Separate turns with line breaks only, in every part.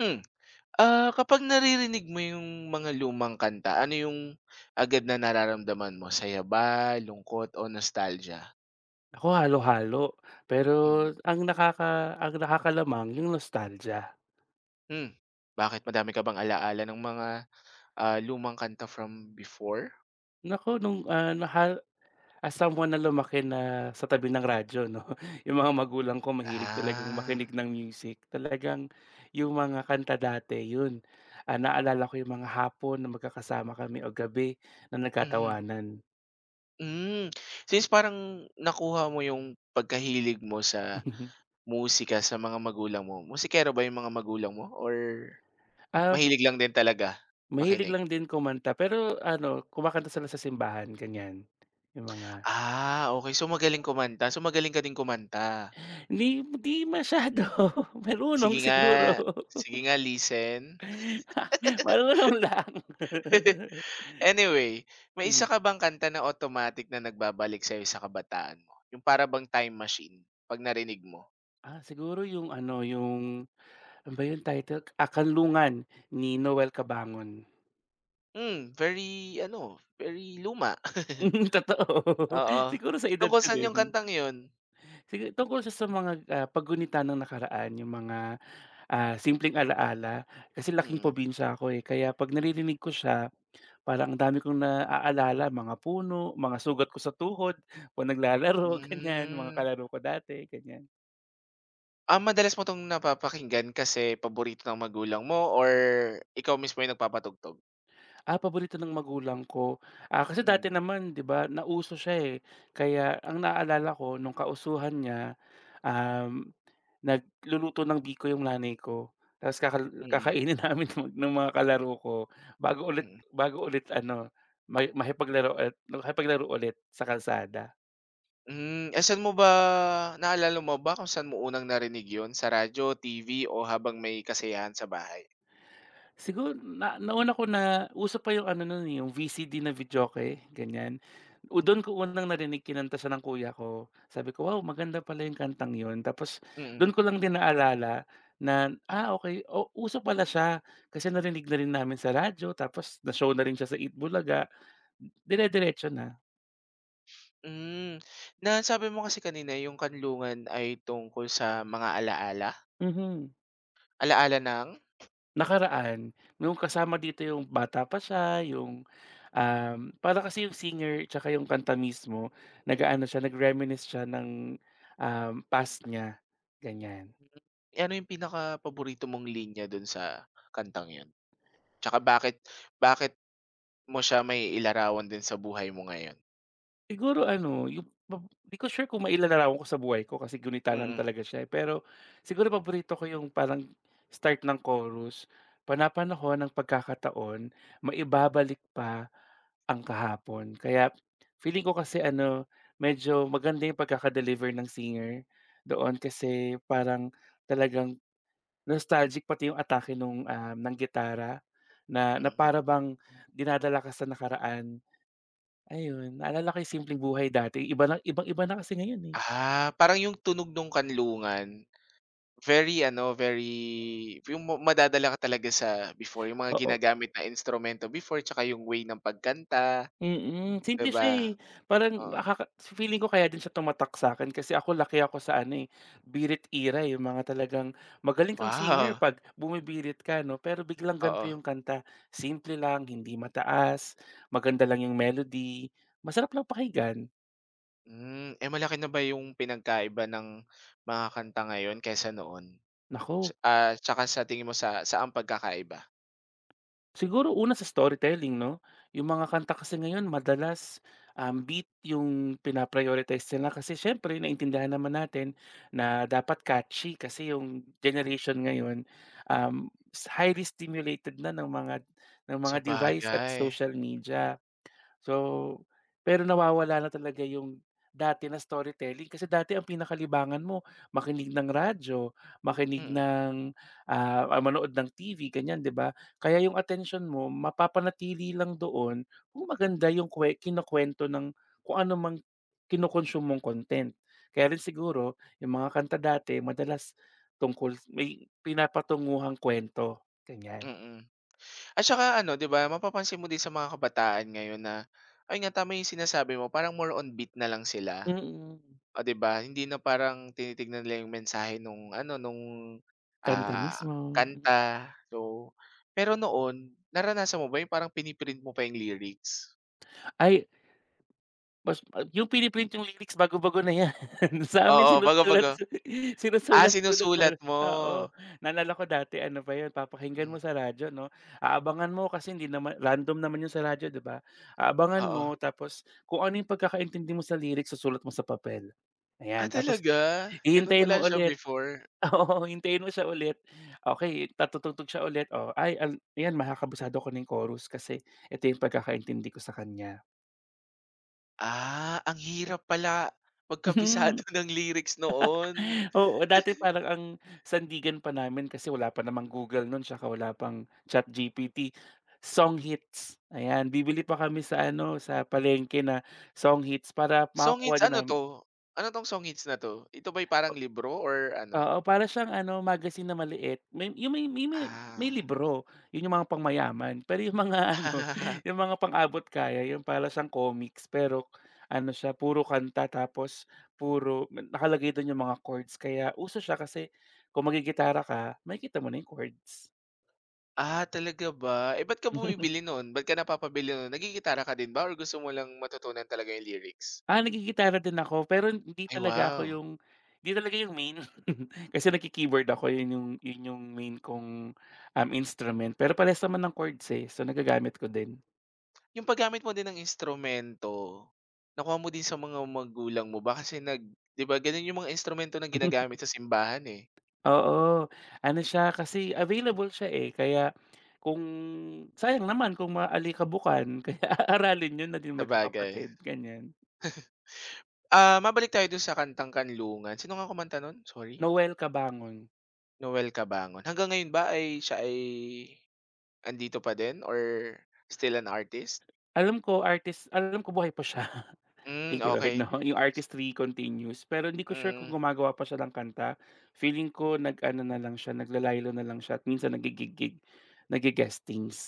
Hmm, kapag naririnig mo yung mga lumang kanta, ano yung agad na nararamdaman mo, saya ba, lungkot o nostalgia?
Ako halo-halo, pero
Mm.
ang nakakalamang yung nostalgia.
Hmm, bakit madami ka bang ala ng mga, lumang kanta from before?
Naku, nung, ah, naha as someone na lumaki na sa tabi ng radyo 'no, yung mga magulang ko mahilig talagang
Ah,
makinig ng music. Talagang yung mga kanta dati yun, naalala ko yung mga hapon na magkakasama kami o gabi na
mhm.
nagkatawanan.
Hmm, since parang nakuha mo yung pagkahilig mo sa
Mhm.
musika sa mga magulang mo, musikero ba yung mga magulang mo or
Ah,
mahilig lang din talaga
mahilig
makinig?
lang din kumanta pero ano, kumakanta sila sa simbahan ganyan, yung mga
Ah, okay, so magaling kumanta, so magaling ka din kumanta?
Hindi hindi masyado, marunong
Sige nga,
siguro.
sige nga listen.
Marunong lang.
Anyway, may isa
Hmm,
ka bang kanta na automatic na nagbabalik sa'yo sa kabataan mo? Yung para bang time machine 'pag narinig mo?
siguro yung ano, ano ba yung title, ni Noel Cabangon.
Hmm, very ano, very luma.
Mm, totoo.
Oo.
Siguro sa edad
Tungkol
ko
saan yung
din.
kantang yun?
Tungkol siya sa mga, paggunita ng nakaraan, yung mga, simpleng alaala. Kasi laking
Mm.
probinsya ako, eh, kaya 'pag naririnig ko siya. Parang ang dami kong naaalala, mga puno, mga sugat ko sa tuhod 'pag naglalaro, ganyan, mga
Hmm.
kalaro ko dati, ganyan.
Ah, madalas mo 'tong napapakinggan kasi paborito ng magulang mo or ikaw mismo yung nagpapatugtog?
Ah, paborito ng magulang ko, kasi dati
Hmm.
naman 'di ba nauso siya, eh, kaya ang naalala ko nung kausuhan niya, um, nagluluto ng biko yung nanay ko, tapos
Mm.
kakainin namin ng mga kalaro ko bago ulit
Mm.
bago ulit ano, makipaglaro at makipaglaro ulit sa kalsada.
Hmm, eh, saan mo ba naalala mo ba kung saan mo unang narinig 'yun, sa radyo, TV, o habang may kasiyahan sa bahay?
Siguro na nauna ko na uso pa yung ano nun, eh, yung VCD na videoke, ganyan. O dun ko unang narinig kinanta siya ng kuya ko. Sabi ko, "Wow, maganda pala yung kantang yun." Tapos
Mm.
dun ko lang din naalala na, okay o uso pala siya kasi narinig na rin namin sa radyo tapos na-show na rin siya sa Eat Bulaga, dire-diretso na.
Hmm, na sabi mo kasi kanina yung kanlungan ay tungkol sa mga alaala?
Mhm.
Alaala ng?
Nakaraan, yung kasama dito yung bata pa siya, yung, para kasi yung singer tsaka yung kanta mismo nag-aano siya, nag-reminisce siya ng, past niya, ganyan.
Hmm, eh, ano yung pinakapaborito mong linya dun sa kantang 'yun? Tsaka bakit bakit mo siya mailarawan din sa buhay mo ngayon?
Siguro ano, yung pab 'di ko sure kung mailalarawan ko sa buhay ko kasi gunitalan
Mm.
talaga siya, eh. Pero siguro paborito ko yung parang start ng chorus, "Panapanahon ng pagkakataon, maibabalik pa ang kahapon." Kaya feeling ko kasi ano, medyo maganda yung ng singer doon kasi parang talagang nostalgic pati yung atake nung, ng gitara na na
Mm.
para bang dinadala ka sa nakaraan. Ayun, naalala ko yung simpleng buhay dati, iba na ibang-iba na kasi ngayon, eh.
Ah, parang yung tunog nung kanlungan. Very ano, very yung madadala ka talaga sa before, yung mga
Oo,
ginagamit na instrumento before tsaka yung way ng pagkanta, 'di
simple siya, eh,
ba?
parang
Oo.
feeling ko kaya din siya tumatak sa'kin kasi ako laki ako sa ano, eh, birit era, eh, yung mga talagang magaling kang singer
Wow!
'pag bumibirit ka 'no, pero biglang ganito
Oo.
yung kanta, simple lang, hindi mataas, maganda lang yung melody, masarap lang pakinggan,
Hmm, eh, malaki na ba yung pinagkaiba ng mga kanta ngayon kaysa noon?
naku.
Tsaka sa tingin mo saan pagkakaiba?
Siguro una sa storytelling 'no, yung mga kanta kasi ngayon madalas, beat yung pina-prioritize nila kasi siyempre naintindihan naman natin na dapat catchy kasi yung generation ngayon, highly stimulated na ng mga device at
Sabagay.
social media. So, pero nawawala na talaga yung dati na storytelling kasi dati ang pinakalibangan mo makinig ng radyo, makinig
Mm.
ng, manood ng TV ganyan, 'di ba? Kaya yung attention mo mapapanatili lang doon kung maganda yung kinukuwento ng kung ano mang kinokonsume mong content. Kaya rin siguro yung mga kanta dati madalas tungkol may pinapatunguhang kuwento, ganyan.
Mm. At tsaka ano, 'di ba, mapapansin mo din sa mga kabataan ngayon na ay nga, tama yung sinasabi mo, parang more on beat na lang sila.
Mm,
O 'di ba? Hindi na parang tinitignan nila yung mensahe nung ano,
kanta
ah,
mismo.
kanta. So, pero noon, naranasan mo ba yung parang pini-print mo pa yung lyrics?
Ay, yung pini-print yung lyrics bago-bago na yan. Sa amin
Oo,
sinusulat
bago-bago. Ah,
sinusulat-sulat pa
sinusulat
rin,
mo?
oo. Naalala ko dati ano pa yun, papakinggan mo
Mm,
sa radyo 'no, aabangan mo kasi hindi naman random naman yung sa radyo 'di ba? Aabangan
oo.
mo tapos kung ano yung pagkakaintindi mo sa lyrics susulat mo sa papel,
Ah,
ayan. Tapos
talaga? Gano'n
hihintayin
pala
mo
siya
ulit,
before?
oo, hintayin mo siya ulit. Okay, tatutugtog siya ulit, oh, ay, ayan makakabisado ko na chorus kasi ito yung pagkakaintindi ko sa kanya.
Ah, ang hirap pala magkabisado ng lyrics noon.
Oo, dati parang ang sandigan pa namin kasi wala pa namang Google nun tsaka wala pang ChatGPT, song hits. Ayan, bibili pa kami sa ano, sa palengke na song hits para
Song
makakuha
hits
din
ano
nam
'to? Ano 'tong song hits na 'to? Ito ba'y parang libro or ano?
Oo, para siyang ano, magazine na maliit. May yung may may may may
Ah.
libro, yun yung mga pangmayaman. Pero yung mga ano, yung mga pang-abot kaya, yung para siyang comics pero ano siya, puro kanta tapos puro nakalagay dun yung mga chords. Kaya uso siya kasi kung magigitara ka, makikita mo na yung chords.
Ah, talaga ba? Eh, ba't ka bumibili nun? Ba't ka napapabili nun? Naggigitara ka din ba or gusto mo lang matutunan talaga yung lyrics?
Ah, naggigitara din ako pero
Ay, wow.
hindi talaga yung main. Kasi nagki-keyboard ako yun yung main kong, instrument pero parehas naman ng chords, eh, so nagagamit ko din.
Yung paggamit mo din ng instrumento, nakuha mo din sa mga magulang mo ba? Kasi nag 'Di ba ganun yung mga instrumento na ginagamit sa simbahan, eh,
Oo, ano siya kasi available siya, eh, kaya kung sayang naman kung maalikabukan kaya aaralin yun na din
sabagay.
magkakapatid, ganyan.
Ah, mabalik tayo dun sa kantang Kanlungan. Sino nga kumanta nun? Sorry?
Noel Kabangon.
Noel Cabangon. Hanggang ngayon ba ay siya ay andito pa din or still an artist?
Alam ko artist, alam ko buhay pa siya.
Hmm,
Thank you Lord
okay.
'no, yung artistry continues. Pero hindi ko sure kung
Mm.
gumagawa pa siya ng kanta. Feeling ko nag-ano na lang siya, naglalaylo na lang siya at minsan naggi-gig-gig,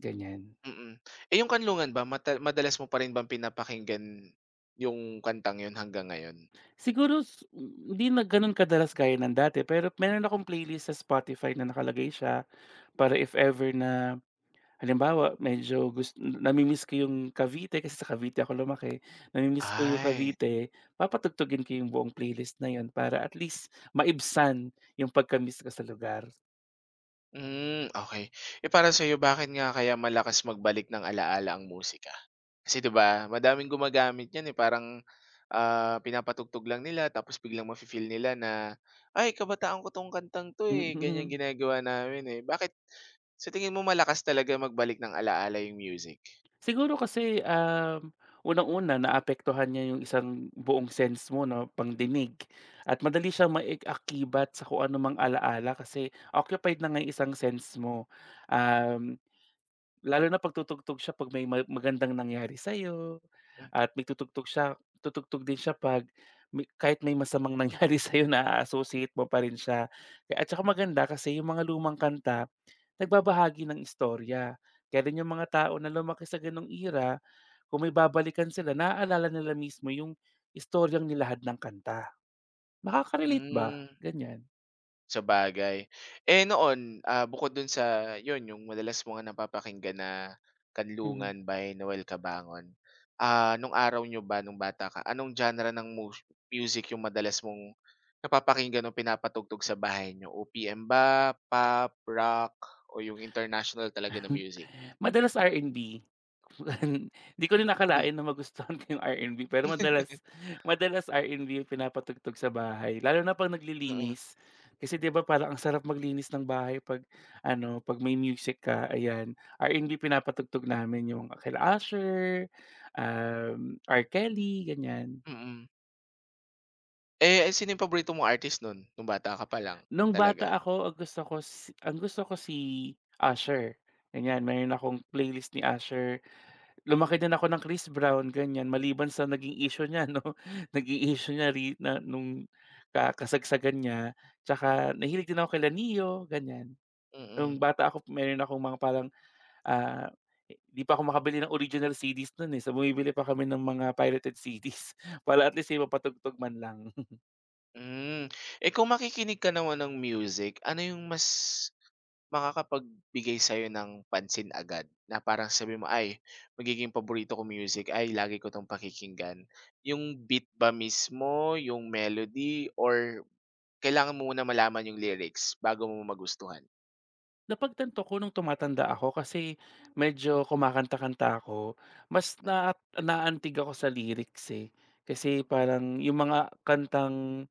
ganyan.
Mm. Eh, yung kanlungan ba madalas mo pa rin bang pinapakinggan yung kantang yun hanggang ngayon?
Siguro hindi na gano'n kadalas gaya ng dati, pero meron akong playlist sa Spotify na nakalagay siya para if ever na halimbawa medyo nami-miss ko yung Cavite kasi sa Cavite ako lumaki, nami ko yung
Ay,
Cavite, papatugtugin ko yung buong playlist na yun para at least maibsan yung pagka ko sa lugar.
hmm, okey. Eh, para sa'yo bakit nga kaya malakas magbalik ng alaala ang musika? Kasi 'di ba madaming gumagamit niyan, eh, parang, pinapatugtog lang nila tapos biglang mafi-feel nila na, "Ay, kabataan ko 'tong kantang 'to, eh, ganyan
Mm.
ginagawa namin, eh." Bakit sa tingin mo malakas talaga magbalik ng alaala yung music?
Siguro kasi, unang-una naapektuhan niya yung isang buong sense mo 'no, pangdinig at madali siyang mai-akibat sa kung anumang alaala kasi occupied na nga yung isang sense mo. Um Lalo na 'pag tutugtog siya 'pag may magandang nangyari sa sa'yo
Hmm.
at may tutugtog siya tutugtog din siya 'pag kahit may masamang nangyari sa sa'yo na associate mo pa rin siya. At saka maganda kasi yung mga lumang kanta nagbabahagi ng istorya. Kaya rin yung mga tao na lumaki sa gano'ng era, kung may babalikan sila naaalala nila mismo yung istoryang nilahad ng kanta. Nakaka-relate ba?
Hmm.
Ganyan.
Sabagay. Eh, noon, bukod dun sa yun, yung madalas mo nga napapakinggan na
Mhm.
kanlungan by Noel Cabangon. Ah, nung araw nyo ba nung bata ka, anong genre ng music yung madalas mong napapakinggan o pinapatugtog sa bahay niyo? OPM ba, pop, rock, o yung international talaga na music?
Madalas R&B. Di ko rin
Hmm.
nakalain na magustuhan ko yung R&B pero madalas madalas R&B yung pinapatugtog sa bahay lalo na 'pag
Mm.
naglilinis. Kasi 'di ba parang ang sarap maglinis ng bahay 'pag ano, 'pag may music ka, ayan. R&B pinapatugtog namin yung kila Asher, R. Kelly, ganyan.
Mm. Mm. Eh, sino yung paborito mong artist nun, nung bata ka pa lang
Nung
talaga?
bata ako ang gusto ko si Asher ganyan. Meron akong playlist ni Asher. Lumaki din ako ng Chris Brown, ganyan. Maliban sa naging issue niya 'no, naging issue niya re na nung ka kasagsagan niya. Tsaka nahilig din ako kila Neo, ganyan. Nung
Mm.
bata ako meron akong mga parang, ah, di pa ako makabili ng original CDs nun, eh. So, bumibili pa kami ng mga pirated CDs para at least may mapatugtog man lang.
Hmm. Eh, kung makikinig ka naman ng music, ano yung mas makakapagbigay sa'yo ng pansin agad na parang sabi mo, "Ay, magiging paborito ko music, ay lagi ko 'tong pakikinggan." Yung beat ba mismo, yung melody or kailangan mo muna malaman yung lyrics bago mo magustuhan?
Napagtanto ko nung tumatanda ako kasi medyo kumakanta-kanta ako, mas naantig ako sa lyrics, eh. Kasi parang yung mga kantang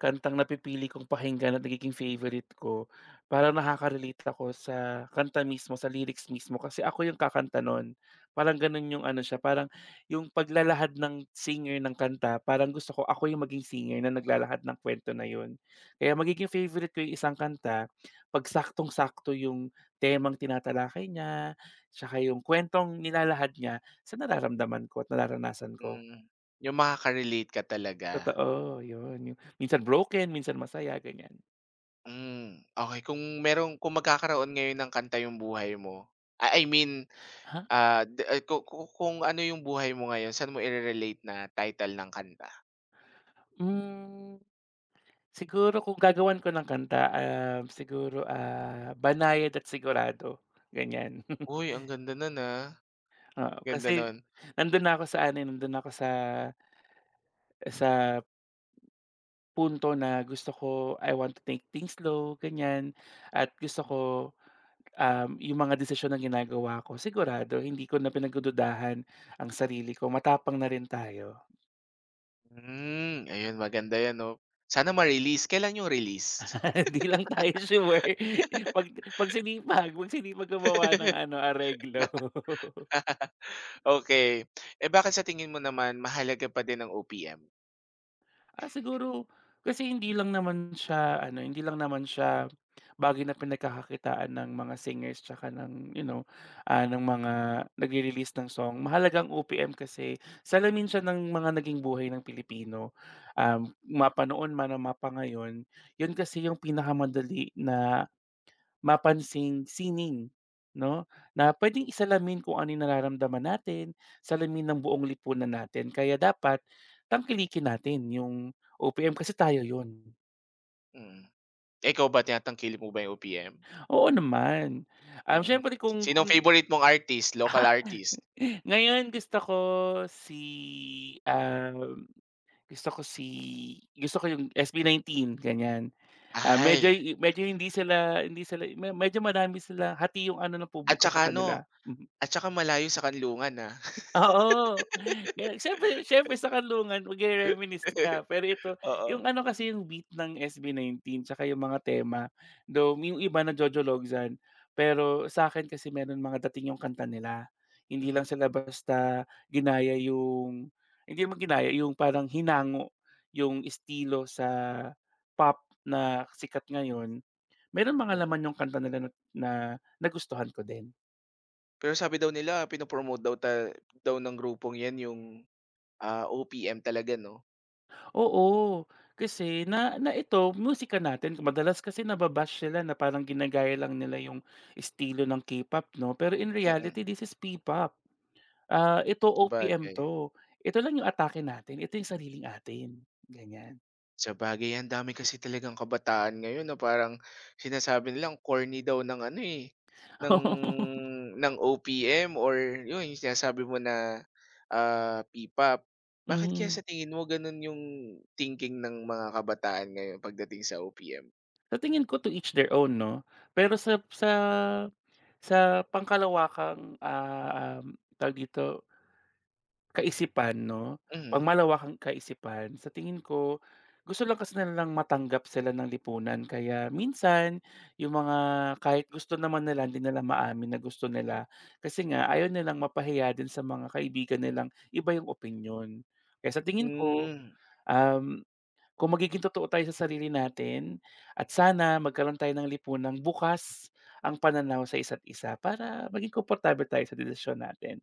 Kantang napipili kong pakinggan at nagiging favorite ko, parang nakaka-relate ako sa kanta mismo, sa lyrics mismo kasi ako yung kakanta nun. Parang ganun yung ano siya, parang yung paglalahad ng singer ng kanta, parang gusto ko ako yung maging singer na naglalahad ng kwento na yun. Kaya magiging favorite ko yung isang kanta 'pag saktong-sakto yung temang tinatalakay niya, tsaka yung kuwentong nilalahad niya sa nararamdaman ko at nararanasan ko.
Mm, yung makaka-relate ka talaga.
Totoo, yun. Yung minsan broken, minsan masaya, ganyan.
Hmm, okey. Kung magkakaroon ngayon ng kanta yung buhay mo, I mean,
Ha?
ah, de ay ku ku kung ano yung buhay mo ngayon, saan mo ire-relate na title ng kanta?
Hmm, siguro kung gagawan ko ng kanta, siguro, "Banayad at Sigurado", ganyan.
Uy, ang ganda nun,
Oo,
ganda
kasi
nun.
nandun na ako sa ano, eh, nandun na ako sa punto na gusto ko. I want to take things slow, ganyan. At gusto ko, yung mga desisyon na ginagawa ko sigurado, hindi ko na pinagdududahan ang sarili ko, matapang na rin tayo.
Hmm, ayun maganda 'yan 'no. Sana ma-release. Kailan yung release?
Hindi lang tayo sure, mag magsinipag gumawa ng ano, areglo.
okay. Eh, bakit sa tingin mo naman mahalaga pa din ang OPM?
Ah, siguro kasi hindi lang naman siya bagay na pinagkakakitaan ng mga singers tsaka ng mga nagre-release ng song. Mahalaga ang OPM kasi salamin siya ng mga naging buhay ng Pilipino. Mapa man o mapa ngayon, 'yun kasi yung pinakamadali na mapansing sining 'no, na pwedeng isalamin kung ano yung nararamdaman natin, salamin ng buong lipunan natin. Kaya dapat tangkilikin natin yung OPM kasi tayo yun.
Mm. Eh, ikaw ba tinatangkilik mo ba yung OPM?
Oo naman.
Mm.
Siyempre kung
Sinong
kung
favorite mong artist, local artist?
ngayon gusto ko si, um, gusto ko si gusto ko yung SB19 ganyan. Ah, medyo
Ay,
medyo hindi sila me- medyo marami sila hati yung ano ng
at
publiko
saka
sa
ano,
kanila. Hmm.
at saka malayo sa kanlungan, ah.
Oo, kaya siyempre siyempre sa Kanlungan magre-reminisce ka, pero ito
Oo.
yung ano kasi yung beat ng SB19 tsaka yung mga tema, though yung iba na-Jojo Logzan, pero sa akin kasi meron mga dating yung kanta nila. Hindi
Hmm.
lang sila basta ginaya yung, hindi naman ginaya, yung parang hinango yung estilo sa pop na sikat ngayon. Merong mga
Mm.
laman yung kanta nila na na nagustuhan ko din.
Pero sabi daw nila pino-promote daw ng grupong 'yan yung, OPM talaga 'no?
Oo, kasi na na ito musika natin madalas kasi naba-bash sila na parang ginagaya lang nila yung estilo ng K-pop 'no, pero in
Mm,
reality this is P-pop. Ah, ito OPM
sabagay.
'to. Ito lang yung atake natin, ito yung sariling atin, ganyan.
Sabagay ang dami kasi talagang kabataan ngayon na parang sinasabi nilang corny daw ng ano, eh, ng
Oo,
ng OPM or yun yung sinasabi mo na, P-pop. Bakit kaya
mm.
sa tingin mo ganun yung thinking ng mga kabataan ngayon pagdating sa OPM?
Sa tingin ko to each their own 'no, pero sa pangkalawakang, tawag dito kaisipan 'no, 'pag
Mhm.
malawak ang kaisipan sa tingin ko, gusto lang kasi nilang matanggap sila ng lipunan kaya minsan yung mga kahit gusto naman nila hindi nila maamin na gusto nila, kasi nga ayaw nilang mapahiya din sa mga kaibigan nilang iba yung opinyon. Kaya sa tingin ko,
Hmm,
um, kung magiging totoo tayo sa sarili natin at sana magkaroon tayo ng lipunang bukas ang pananaw sa isa't isa para maging komportable tayo sa desisyon natin.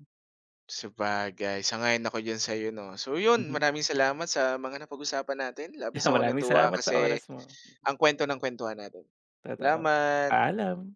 sabagay sang-ayon ako diyan sa'yo 'no. So yun,
Mhm.
maraming salamat sa mga napag-usapan natin. Labis ako
Maraming
natuwa
salamat sa
kasi
oras mo.
ang kwento ng kuwentuhan natin.
Totoo,
Salamat.
paalam.